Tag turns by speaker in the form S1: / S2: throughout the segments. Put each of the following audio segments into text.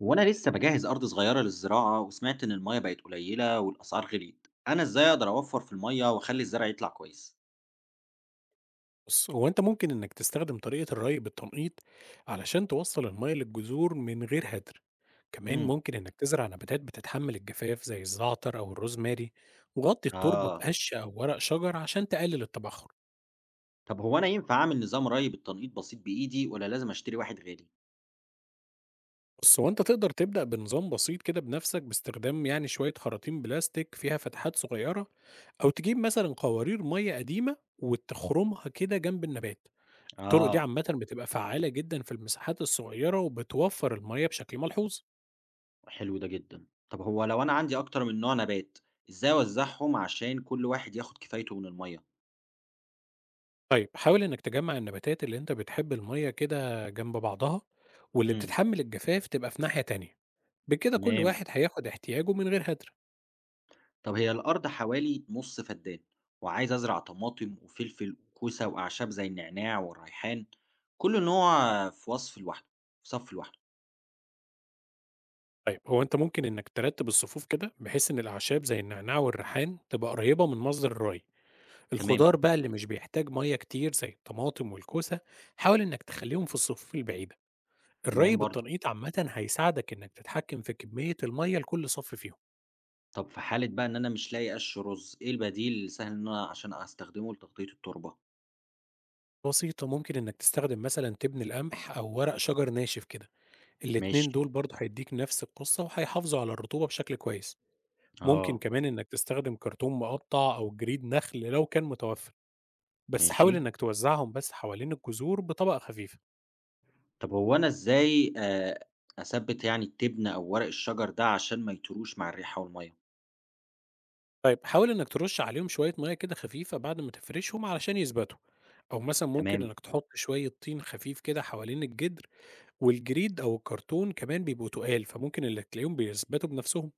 S1: وانا لسه بجهز ارض صغيره للزراعه، وسمعت ان الميه بقت قليله والاسعار غليت. انا ازاي اقدر اوفر في الميه واخلي الزرع يطلع كويس؟
S2: بص هو انت ممكن انك تستخدم طريقة الري بالتنقيط علشان توصل المية للجذور من غير هدر. كمان
S1: امم.
S2: ممكن انك تزرع نباتات بتتحمل الجفاف زي الزعتر او الروزماري، وغطي التربة
S1: اه.
S2: بقش او ورق شجر عشان تقلل التبخر.
S1: طب هو انا ينفع اعمل نظام ري بالتنقيط بسيط بايدي ولا لازم اشتري واحد غالي؟
S2: بص هو انت تقدر تبدأ بنظام بسيط كده بنفسك باستخدام يعني شوية خراطيم بلاستيك فيها فتحات صغيرة، او تجيب مثلا قوارير مية قديمة وتخرمها كده جنب النبات. الطرق دي
S1: اه.
S2: عامة بتبقى فعالة جدا في المساحات الصغيرة وبتوفر المية بشكل ملحوظ.
S1: حلو ده جدا. طب هو لو انا عندي اكتر من نوع نبات، ازاي اوزعهم عشان كل واحد ياخد كفايته من الميه؟
S2: طيب حاول إنك تجمع النباتات اللي أنت بتحب المية كده جنب بعضها، واللي
S1: امم.
S2: بتتحمل الجفاف تبقى في ناحية تانية. بكده كل
S1: تمام.
S2: واحد هياخد احتياجه من غير هدر.
S1: طب هي الأرض حوالي نص فدان، وعايز أزرع طماطم وفلفل وكوسة وأعشاب زي النعناع والريحان. كل نوع في صف لوحده.
S2: طيب هو أنت ممكن إنك ترتب الصفوف كده بحيث إن الأعشاب زي النعناع والريحان تبقى قريبة من مصدر الري.
S1: تمام.
S2: الخضار بقى اللي مش بيحتاج مية كتير زي الطماطم والكوسة، حاول إنك تخليهم في الصفوف البعيدة. الري
S1: تمام برضو.
S2: بالتنقيط عامة هيساعدك إنك تتحكم في كمية المية لكل صف فيهم.
S1: طب في حالة بقى إن أنا مش لاقي قش رز، إيه البديل السهل إن أنا عشان أستخدمه لتغطية التربة؟
S2: بسيطة، ممكن إنك تستخدم مثلا تبن القمح أو ورق شجر ناشف كده. الاتنين
S1: ماشي.
S2: دول برضه هيدّيك نفس القصّة وهيحافظوا على الرطوبة بشكل كويس. ممكن
S1: آه.
S2: كمان إنّك تستخدم كرتون مقطّع أو جريد نخل لو كان متوفّر، بس
S1: ماشي.
S2: حاول إنّك توزّعهم بس حوالين الجذور بطبقة خفيفة.
S1: طب هو أنا إزاي أثبت يعني التبن أو ورق الشجر ده عشان ما يطيروش مع الريحة والمية؟
S2: طيب حاول إنّك ترُش عليهم شوية مَيّة كده خفيفة بعد ما تفرشهم علشان يثبتوا، أو مثلًا ممكن
S1: تمام.
S2: إنّك تحُط شوية طين خفيف كده حوالين الجدر. والجريد أو الكرتون كمان بيبقوا تُقال، فممكن اللي تلاقيهم بيثبتوا بنفسهم.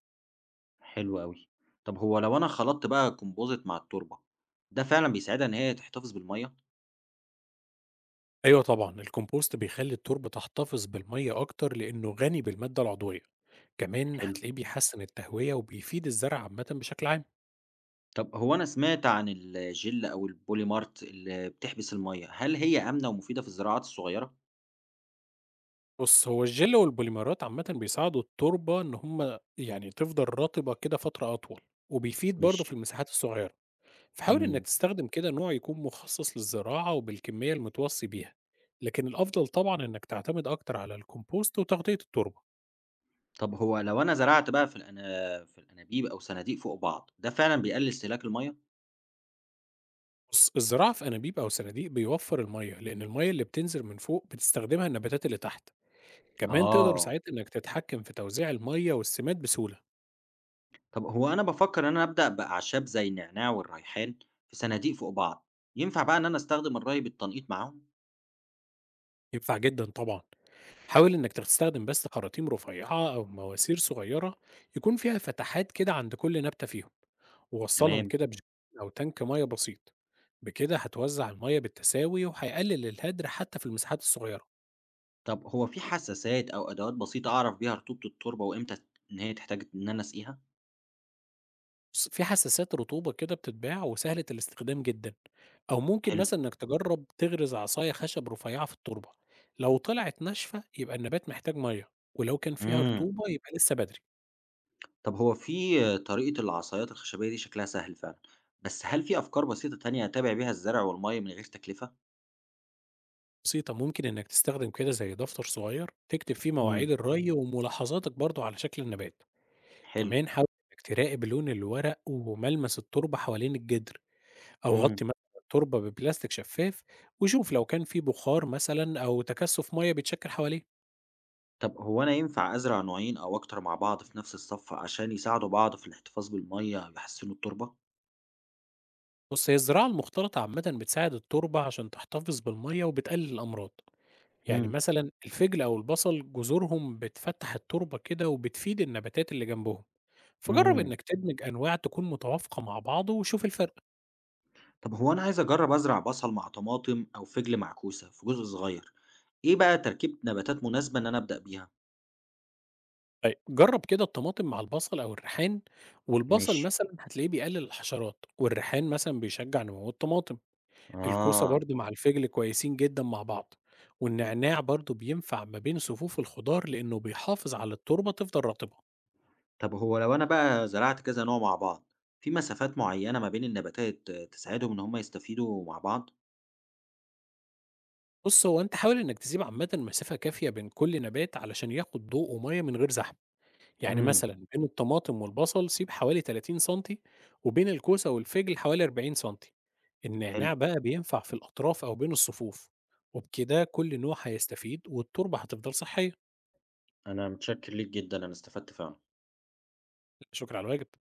S1: حلو أوي. طب هو لو أنا خلطت بقى الكومبوزيت مع التربة، ده فعلًا بيساعدها إن هي تحتفظ بالمَيّة؟
S2: أيوه طبعًا الcompost بيخلّي التربة تحتفظ بالمَيّة أكتر لإنّه غني بالمادة العضوية. كمان
S1: حلو.
S2: هتلاقيه بيحسّن التهوية وبيفيد الزرع عامةً بشكل عام.
S1: طب هو أنا سمعت عن الجل أو البوليمارت اللي بتحبس المَيّة، هل هي آمنة ومفيدة في الزراعات الصغيرة؟
S2: بُص، هو الجِل والبوليمرات عامةً بيساعدوا التربة إن هم يعني تفضل رطبة كده فترة أطول، وبيفيد برضه في
S1: ماشي.
S2: المساحات الصغيرة. فحاول إنّك
S1: إمم.
S2: تستخدم كده نوع يكون مخصّص للزراعة وبالكمية المتوصّي بيها، لكن الأفضل طبعًا إنّك تعتمد أكتر على الكومبوست وتغطية التربة.
S1: طب هو لو أنا زرعت بقى في الأنابيب أو صناديق فوق بعض، ده فعلًا بيقلل استهلاك المَيّة؟
S2: بُص، الزراعة في أنابيب أو صناديق بيوفّر المَيّة، لإن المَيّة اللي بتنزل من فوق بتستخدمها النباتات اللي تحت. كمان تقدر
S1: آه.
S2: ساعتها إنّك تتحكّم في توزيع المَيّة والسِماد بسهولة.
S1: طب هو أنا بافكر إن أنا أبدأ بأعشاب زي النعناع والريحان في صناديق فوق بعض، ينفع بقى إن أنا أستخدم الري بالتنقيط معاهم؟
S2: ينفع جدًا طبعًا. حاول إنك تستخدم بس خراطيم رفيّعة أو مواسير صغيّرة يكون فيها فتحات كده عند كل نبتة فيهم، ووصّلهم
S1: تمام.
S2: كده أو تانك مَيّة بسيط. بكده هتوزّع المَيّة بالتساوي وهيقلل الهدر حتى في المساحات الصغيّرة.
S1: طب هو في حساسات أو أدوات بسيطة أعرف بيها رطوبة التربة وإمتى إن هي تحتاج إن أنا أسقيها؟
S2: بُص، في حساسات رطوبة كده بتتباع وسهلة الاستخدام جدًا، أو ممكن
S1: حلو.
S2: مثلًا إنك تجرّب تغرز عصاية خشب رفيّعة في التربة. لو طلعت ناشفة يبقى النبات محتاج مَيّة، ولو كان فيها
S1: إمم.
S2: رطوبة يبقى لسه بدري.
S1: طب هو في طريقة العصايات الخشبية دي شكلها سهل فعلًا، بس هل في أفكار بسيطة تانية أتابع بيها الزرع والمَيّة من غير تكلفة؟
S2: بسيطة، ممكن إنك تستخدم كده زي دفتر صغير تكتب فيه مواعيد
S1: إمم.
S2: الري وملاحظاتك برضه على شكل النبات.
S1: حلو.
S2: كمان حاول إنك تراقب لون الورق وملمس التربة حوالين الجدر، أو
S1: إمم.
S2: غطي مثلا التربة ببلاستيك شفاف وشوف لو كان في بخار مثلا أو تكثف مية بيتشكل حواليه.
S1: طب هو أنا ينفع أزرع نوعين أو أكتر مع بعض في نفس الصف عشان يساعدوا بعض في الاحتفاظ بالمَيّة أو يحسنوا التربة؟
S2: بص هي الزراعة المختلطة عامة بتساعد التربة عشان تحتفظ بالمية وبتقلل الأمراض، يعني
S1: إمم.
S2: مثلا الفجل أو البصل جذورهم بتفتح التربة كده وبتفيد النباتات اللي جنبهم. فجرّب
S1: إمم.
S2: إنك تدمج أنواع تكون متوافقة مع بعض وشوف الفرق.
S1: طب هو أنا عايز أجرب أزرع بصل مع طماطم أو فجل مع كوسة في جزء صغير. إيه بقى تركيبة نباتات مناسبة إن أنا أبدأ بيها؟
S2: طيب جرّب كده الطماطم مع البصل أو الريحان، والبصل
S1: ماشي.
S2: مثلًا هتلاقيه بيقلل الحشرات، والريحان مثلًا بيشجع نمو الطماطم. الكوسة
S1: آه.
S2: برضه مع الفجل كويسين جدًا مع بعض، والنعناع برضه بينفع ما بين صفوف الخضار لإنه بيحافظ على التربة تفضل رطبة.
S1: طب هو لو أنا بقى زرعت كذا نوع مع بعض في مسافات معينة ما بين النباتات تساعدهم إن هم يستفيدوا مع بعض؟
S2: بُص هو أنت حاول إنك تسيب عامةً مسافة كافية بين كل نبات علشان ياخد ضوء ومَيّة من غير زحمة. يعني
S1: امم.
S2: مثلًا بين الطماطم والبصل سيب حوالي 30 سنتي، وبين الكوسة والفِجل حوالي 40 سنتي.
S1: حلو.
S2: النعناع بقى بينفع في الأطراف أو بين الصفوف، وبكده كل نوع هيستفيد والتربة هتفضل صحية.
S1: انا متشكر ليك جدا، انا استفدت فعلا.
S2: لا شكر على الواجب.